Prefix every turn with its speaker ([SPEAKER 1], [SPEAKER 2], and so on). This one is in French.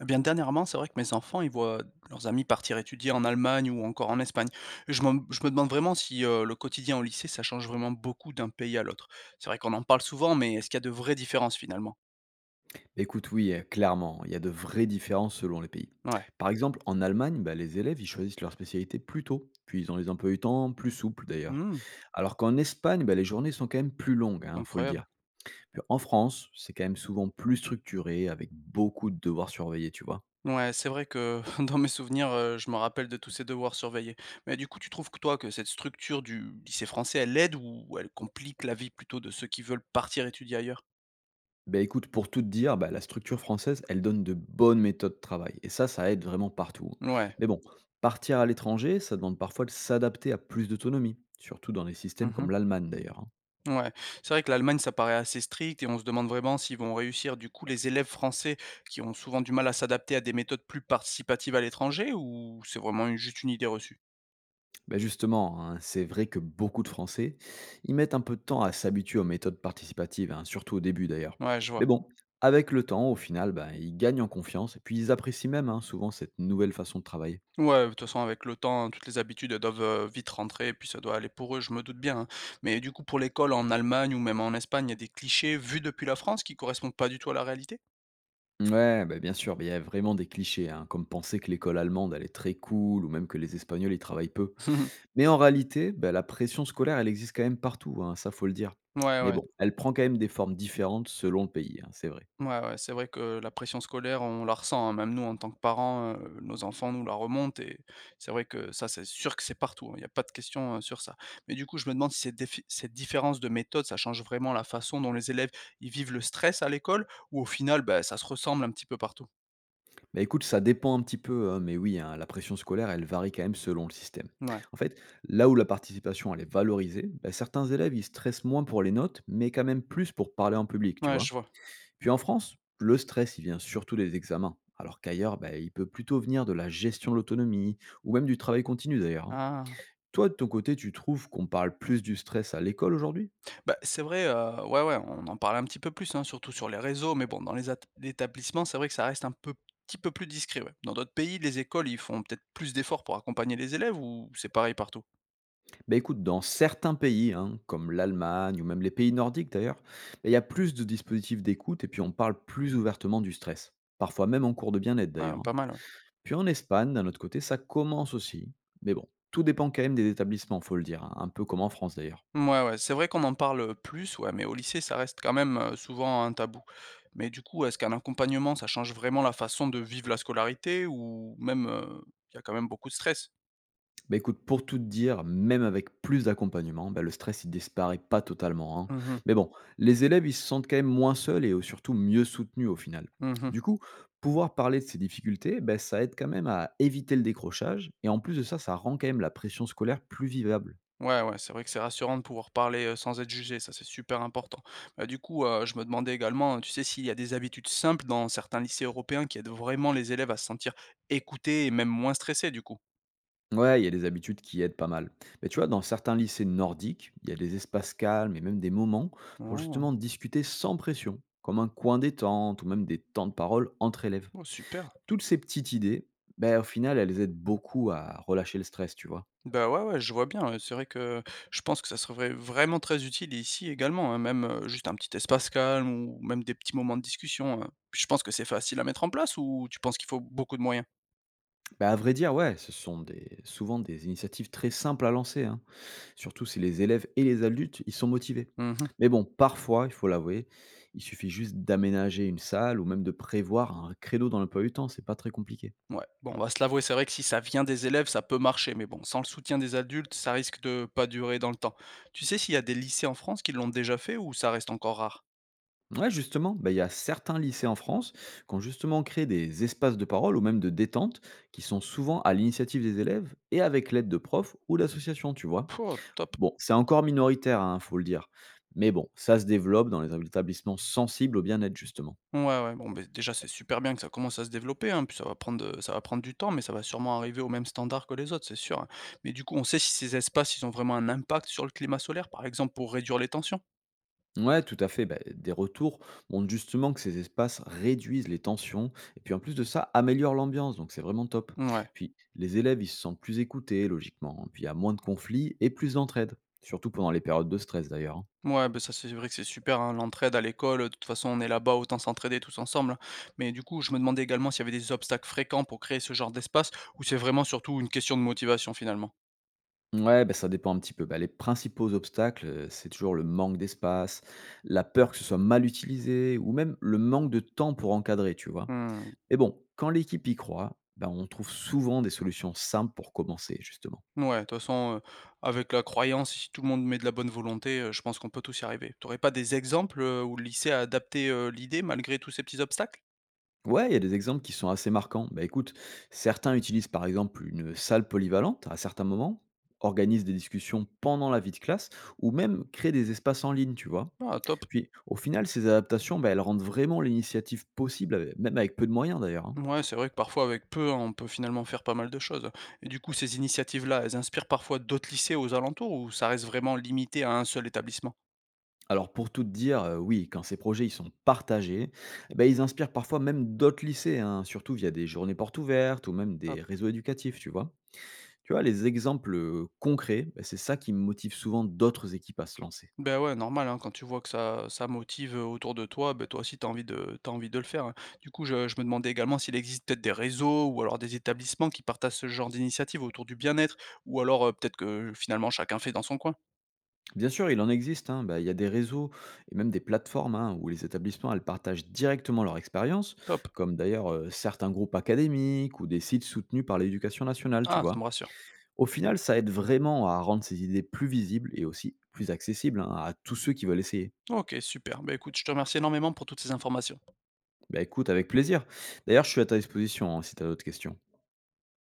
[SPEAKER 1] Eh bien, dernièrement, c'est vrai que mes enfants, ils voient leurs amis partir étudier en Allemagne ou encore en Espagne. Je me demande vraiment si le quotidien au lycée, ça change vraiment beaucoup d'un pays à l'autre. C'est vrai qu'on en parle souvent, mais est-ce qu'il y a de vraies différences finalement?
[SPEAKER 2] Écoute, oui, clairement, il y a de vraies différences selon les pays.
[SPEAKER 1] Ouais.
[SPEAKER 2] Par exemple, en Allemagne, bah, les élèves, ils choisissent leur spécialité plus tôt, puis ils ont les emplois du temps plus souples d'ailleurs.
[SPEAKER 1] Hmm,
[SPEAKER 2] Alors qu'en Espagne, bah, les journées sont quand même plus longues, hein, faut le
[SPEAKER 1] incroyable.
[SPEAKER 2] dire. Puis en France, c'est quand même souvent plus structuré, avec beaucoup de devoirs surveillés, tu vois?
[SPEAKER 1] Ouais, c'est vrai que dans mes souvenirs, je me rappelle de tous ces devoirs surveillés. Mais du coup, tu trouves que toi, que cette structure du lycée français, elle aide ou elle complique la vie plutôt de ceux qui veulent partir étudier ailleurs?
[SPEAKER 2] Bah, écoute, pour tout te dire, bah, la structure française, elle donne de bonnes méthodes de travail et ça aide vraiment partout, hein.
[SPEAKER 1] Ouais.
[SPEAKER 2] Mais bon, partir à l'étranger, ça demande parfois de s'adapter à plus d'autonomie, surtout dans des systèmes comme l'Allemagne d'ailleurs, hein.
[SPEAKER 1] Ouais, c'est vrai que l'Allemagne, ça paraît assez strict et on se demande vraiment s'ils vont réussir. Du coup, les élèves français qui ont souvent du mal à s'adapter à des méthodes plus participatives à l'étranger ou c'est vraiment juste une idée reçue?
[SPEAKER 2] Ben justement, hein, c'est vrai que beaucoup de Français, y mettent un peu de temps à s'habituer aux méthodes participatives, hein, surtout au début d'ailleurs.
[SPEAKER 1] Ouais, je vois.
[SPEAKER 2] Mais bon, avec le temps, au final, bah, ils gagnent en confiance et puis ils apprécient même, hein, souvent cette nouvelle façon de travailler.
[SPEAKER 1] Ouais, de toute façon, avec le temps, hein, toutes les habitudes elles doivent vite rentrer et puis ça doit aller pour eux, je me doute bien, hein. Mais du coup, pour l'école en Allemagne ou même en Espagne, il y a des clichés vus depuis la France qui correspondent pas du tout à la réalité.
[SPEAKER 2] Ouais, bah bien sûr, mais il y a vraiment des clichés, hein, comme penser que l'école allemande, elle est très cool, ou même que les Espagnols, ils travaillent peu. Mais en réalité, bah, la pression scolaire, elle existe quand même partout, hein, ça faut le dire.
[SPEAKER 1] Ouais,
[SPEAKER 2] Mais
[SPEAKER 1] ouais.
[SPEAKER 2] bon, elle prend quand même des formes différentes selon le pays, hein, c'est vrai.
[SPEAKER 1] Ouais, ouais, c'est vrai que la pression scolaire, on la ressent, hein, même nous en tant que parents, nos enfants nous la remontent et c'est vrai que ça, c'est sûr que c'est partout, hein, il n'y a pas de question, sur ça. Mais du coup, je me demande si cette différence de méthode, ça change vraiment la façon dont les élèves, ils vivent le stress à l'école? Ou au final, bah, ça se ressemble un petit peu partout?
[SPEAKER 2] Bah, écoute, ça dépend un petit peu, hein, mais oui, hein, la pression scolaire, elle varie quand même selon le système.
[SPEAKER 1] Ouais,
[SPEAKER 2] En fait, là où la participation, elle est valorisée, bah, certains élèves, ils stressent moins pour les notes, mais quand même plus pour parler en public, tu
[SPEAKER 1] ouais, je
[SPEAKER 2] vois.
[SPEAKER 1] vois.
[SPEAKER 2] Puis en France, le stress, il vient surtout des examens, alors qu'ailleurs, bah, il peut plutôt venir de la gestion de l'autonomie, ou même du travail continu d'ailleurs, hein.
[SPEAKER 1] Ah!
[SPEAKER 2] Toi, de ton côté, tu trouves qu'on parle plus du stress à l'école aujourd'hui?
[SPEAKER 1] Bah, c'est vrai, ouais, ouais, on en parle un petit peu plus, hein, surtout sur les réseaux, mais bon, dans les at établissements, c'est vrai que ça reste un peu petit peu plus discret, ouais. Dans d'autres pays, les écoles, ils font peut-être plus d'efforts pour accompagner les élèves ou c'est pareil partout?
[SPEAKER 2] Bah, écoute, dans certains pays, hein, comme l'Allemagne ou même les pays nordiques d'ailleurs, bah, il y a plus de dispositifs d'écoute et puis on parle plus ouvertement du stress. Parfois même en cours de bien-être
[SPEAKER 1] Ah,
[SPEAKER 2] d'ailleurs, hein.
[SPEAKER 1] pas mal, ouais.
[SPEAKER 2] Puis en Espagne, d'un autre côté, ça commence aussi. Mais bon, tout dépend quand même des établissements, faut le dire, hein, un peu comme en France d'ailleurs.
[SPEAKER 1] Mouais, ouais, c'est vrai qu'on en parle, plus, ouais, mais au lycée, ça reste quand même, souvent un tabou. Mais du coup, est-ce qu'un accompagnement, ça change vraiment la façon de vivre la scolarité ou même, il y a quand même beaucoup de stress?
[SPEAKER 2] Bah écoute, pour tout te dire, même avec plus d'accompagnement, bah le stress il disparaît pas totalement, hein.
[SPEAKER 1] Mmh mh.
[SPEAKER 2] Mais bon, les élèves ils se sentent quand même moins seuls et surtout mieux soutenus au final.
[SPEAKER 1] Mmh.
[SPEAKER 2] Du coup, pouvoir parler de ces difficultés, bah, ça aide quand même à éviter le décrochage et en plus de ça, ça rend quand même la pression scolaire plus vivable.
[SPEAKER 1] Ouais, ouais, c'est vrai que c'est rassurant de pouvoir parler, sans être jugé, ça, c'est super important. Du coup, je me demandais également, tu sais, s'il y a des habitudes simples dans certains lycées européens qui aident vraiment les élèves à se sentir écoutés et même moins stressés, du coup?
[SPEAKER 2] Ouais, il y a des habitudes qui aident pas mal. Mais tu vois, dans certains lycées nordiques, il y a des espaces calmes et même des moments pour
[SPEAKER 1] Oh!
[SPEAKER 2] justement discuter sans pression, comme un coin détente ou même des temps de parole entre élèves.
[SPEAKER 1] Oh, super.
[SPEAKER 2] Toutes ces petites idées, ben au final, elles aident beaucoup à relâcher le stress, tu vois?
[SPEAKER 1] Bah, ouais, ouais, je vois bien, c'est vrai que je pense que ça serait vraiment très utile ici également, hein, même, juste un petit espace calme ou même des petits moments de discussion. Je pense que c'est facile à mettre en place ou tu penses qu'il faut beaucoup de moyens?
[SPEAKER 2] Ben à vrai dire, ouais, ce sont des souvent des initiatives très simples à lancer, hein, surtout si les élèves et les adultes, ils sont motivés.
[SPEAKER 1] Mmh.
[SPEAKER 2] Mais bon, parfois, il faut l'avouer, il suffit juste d'aménager une salle ou même de prévoir un créneau dans l'emploi du temps, c'est pas très compliqué.
[SPEAKER 1] Ouais, bon, on va se l'avouer, c'est vrai que si ça vient des élèves, ça peut marcher, mais bon, sans le soutien des adultes, ça risque de pas durer dans le temps. Tu sais s'il y a des lycées en France qui l'ont déjà fait ou ça reste encore rare?
[SPEAKER 2] Ouais, justement, bah, il y a certains lycées en France qui ont justement créé des espaces de parole ou même de détente qui sont souvent à l'initiative des élèves et avec l'aide de profs ou d'associations, tu vois?
[SPEAKER 1] Oh, top.
[SPEAKER 2] Bon, c'est encore minoritaire, hein, faut le dire. Mais bon, ça se développe dans les établissements sensibles au bien-être, justement.
[SPEAKER 1] Ouais, ouais, bon, ben, déjà, c'est super bien que ça commence à se développer, hein, puis ça va prendre du temps, mais ça va sûrement arriver au même standard que les autres, c'est sûr, hein. Mais du coup, on sait si ces espaces, ils ont vraiment un impact sur le climat solaire, par exemple, pour réduire les tensions?
[SPEAKER 2] Ouais, tout à fait. Bah, des retours montrent justement que ces espaces réduisent les tensions et puis en plus de ça, améliorent l'ambiance. Donc c'est vraiment top.
[SPEAKER 1] Ouais.
[SPEAKER 2] Puis les élèves, ils se sentent plus écoutés, logiquement, hein. Puis il y a moins de conflits et plus d'entraide. Surtout pendant les périodes de stress, d'ailleurs, hein.
[SPEAKER 1] Ouais, ben ça, c'est vrai que c'est super, hein, l'entraide à l'école, de toute façon, on est là-bas, autant s'entraider tous ensemble. Mais du coup, je me demandais également s'il y avait des obstacles fréquents pour créer ce genre d'espace, ou c'est vraiment surtout une question de motivation finalement.
[SPEAKER 2] Ouais, bah, ça dépend un petit peu. Bah, les principaux obstacles, c'est toujours le manque d'espace, la peur que ce soit mal utilisé ou même le manque de temps pour encadrer, tu vois.
[SPEAKER 1] Hmm.
[SPEAKER 2] Mais bon, quand l'équipe y croit, ben, on trouve souvent des solutions simples pour commencer, justement.
[SPEAKER 1] Ouais, de toute façon, avec la croyance, si tout le monde met de la bonne volonté, je pense qu'on peut tous y arriver. T'aurais pas des exemples où le lycée a adapté l'idée malgré tous ces petits obstacles?
[SPEAKER 2] Ouais, il y a des exemples qui sont assez marquants. Bah écoute, certains utilisent par exemple une salle polyvalente à certains moments, organisent des discussions pendant la vie de classe, ou même créent des espaces en ligne, tu vois.
[SPEAKER 1] Ah, top.
[SPEAKER 2] Puis au final, ces adaptations, bah, elles rendent vraiment l'initiative possible, même avec peu de moyens d'ailleurs, hein.
[SPEAKER 1] Ouais, c'est vrai que parfois avec peu, hein, on peut finalement faire pas mal de choses. Et du coup, ces initiatives-là, elles inspirent parfois d'autres lycées aux alentours ou ça reste vraiment limité à un seul établissement?
[SPEAKER 2] Alors pour tout te dire, oui, quand ces projets ils sont partagés, bah, ils inspirent parfois même d'autres lycées, hein, surtout via des journées portes ouvertes ou même des
[SPEAKER 1] Hop.
[SPEAKER 2] réseaux éducatifs, tu vois. Tu vois, les exemples concrets, bah, c'est ça qui motive souvent d'autres équipes à se lancer.
[SPEAKER 1] Ben ouais, normal, hein, quand tu vois que ça motive autour de toi, ben toi aussi t'as envie de le faire, hein. Du coup, je me demandais également s'il existe peut-être des réseaux ou alors des établissements qui partagent ce genre d'initiative autour du bien-être, ou alors peut-être que finalement chacun fait dans son coin.
[SPEAKER 2] Bien sûr, il en existe, hein. Bah, il y a des réseaux et même des plateformes, hein, où les établissements elles partagent directement leur expérience,
[SPEAKER 1] Top.
[SPEAKER 2] comme d'ailleurs certains groupes académiques ou des sites soutenus par l'éducation nationale, tu
[SPEAKER 1] Ah, ça me
[SPEAKER 2] vois.
[SPEAKER 1] rassure.
[SPEAKER 2] Au final, ça aide vraiment à rendre ces idées plus visibles et aussi plus accessibles, hein, à tous ceux qui veulent essayer.
[SPEAKER 1] Ok, super. Ben écoute, je te remercie énormément pour toutes ces informations.
[SPEAKER 2] Bah écoute, avec plaisir. D'ailleurs, je suis à ta disposition, hein, si tu as d'autres questions.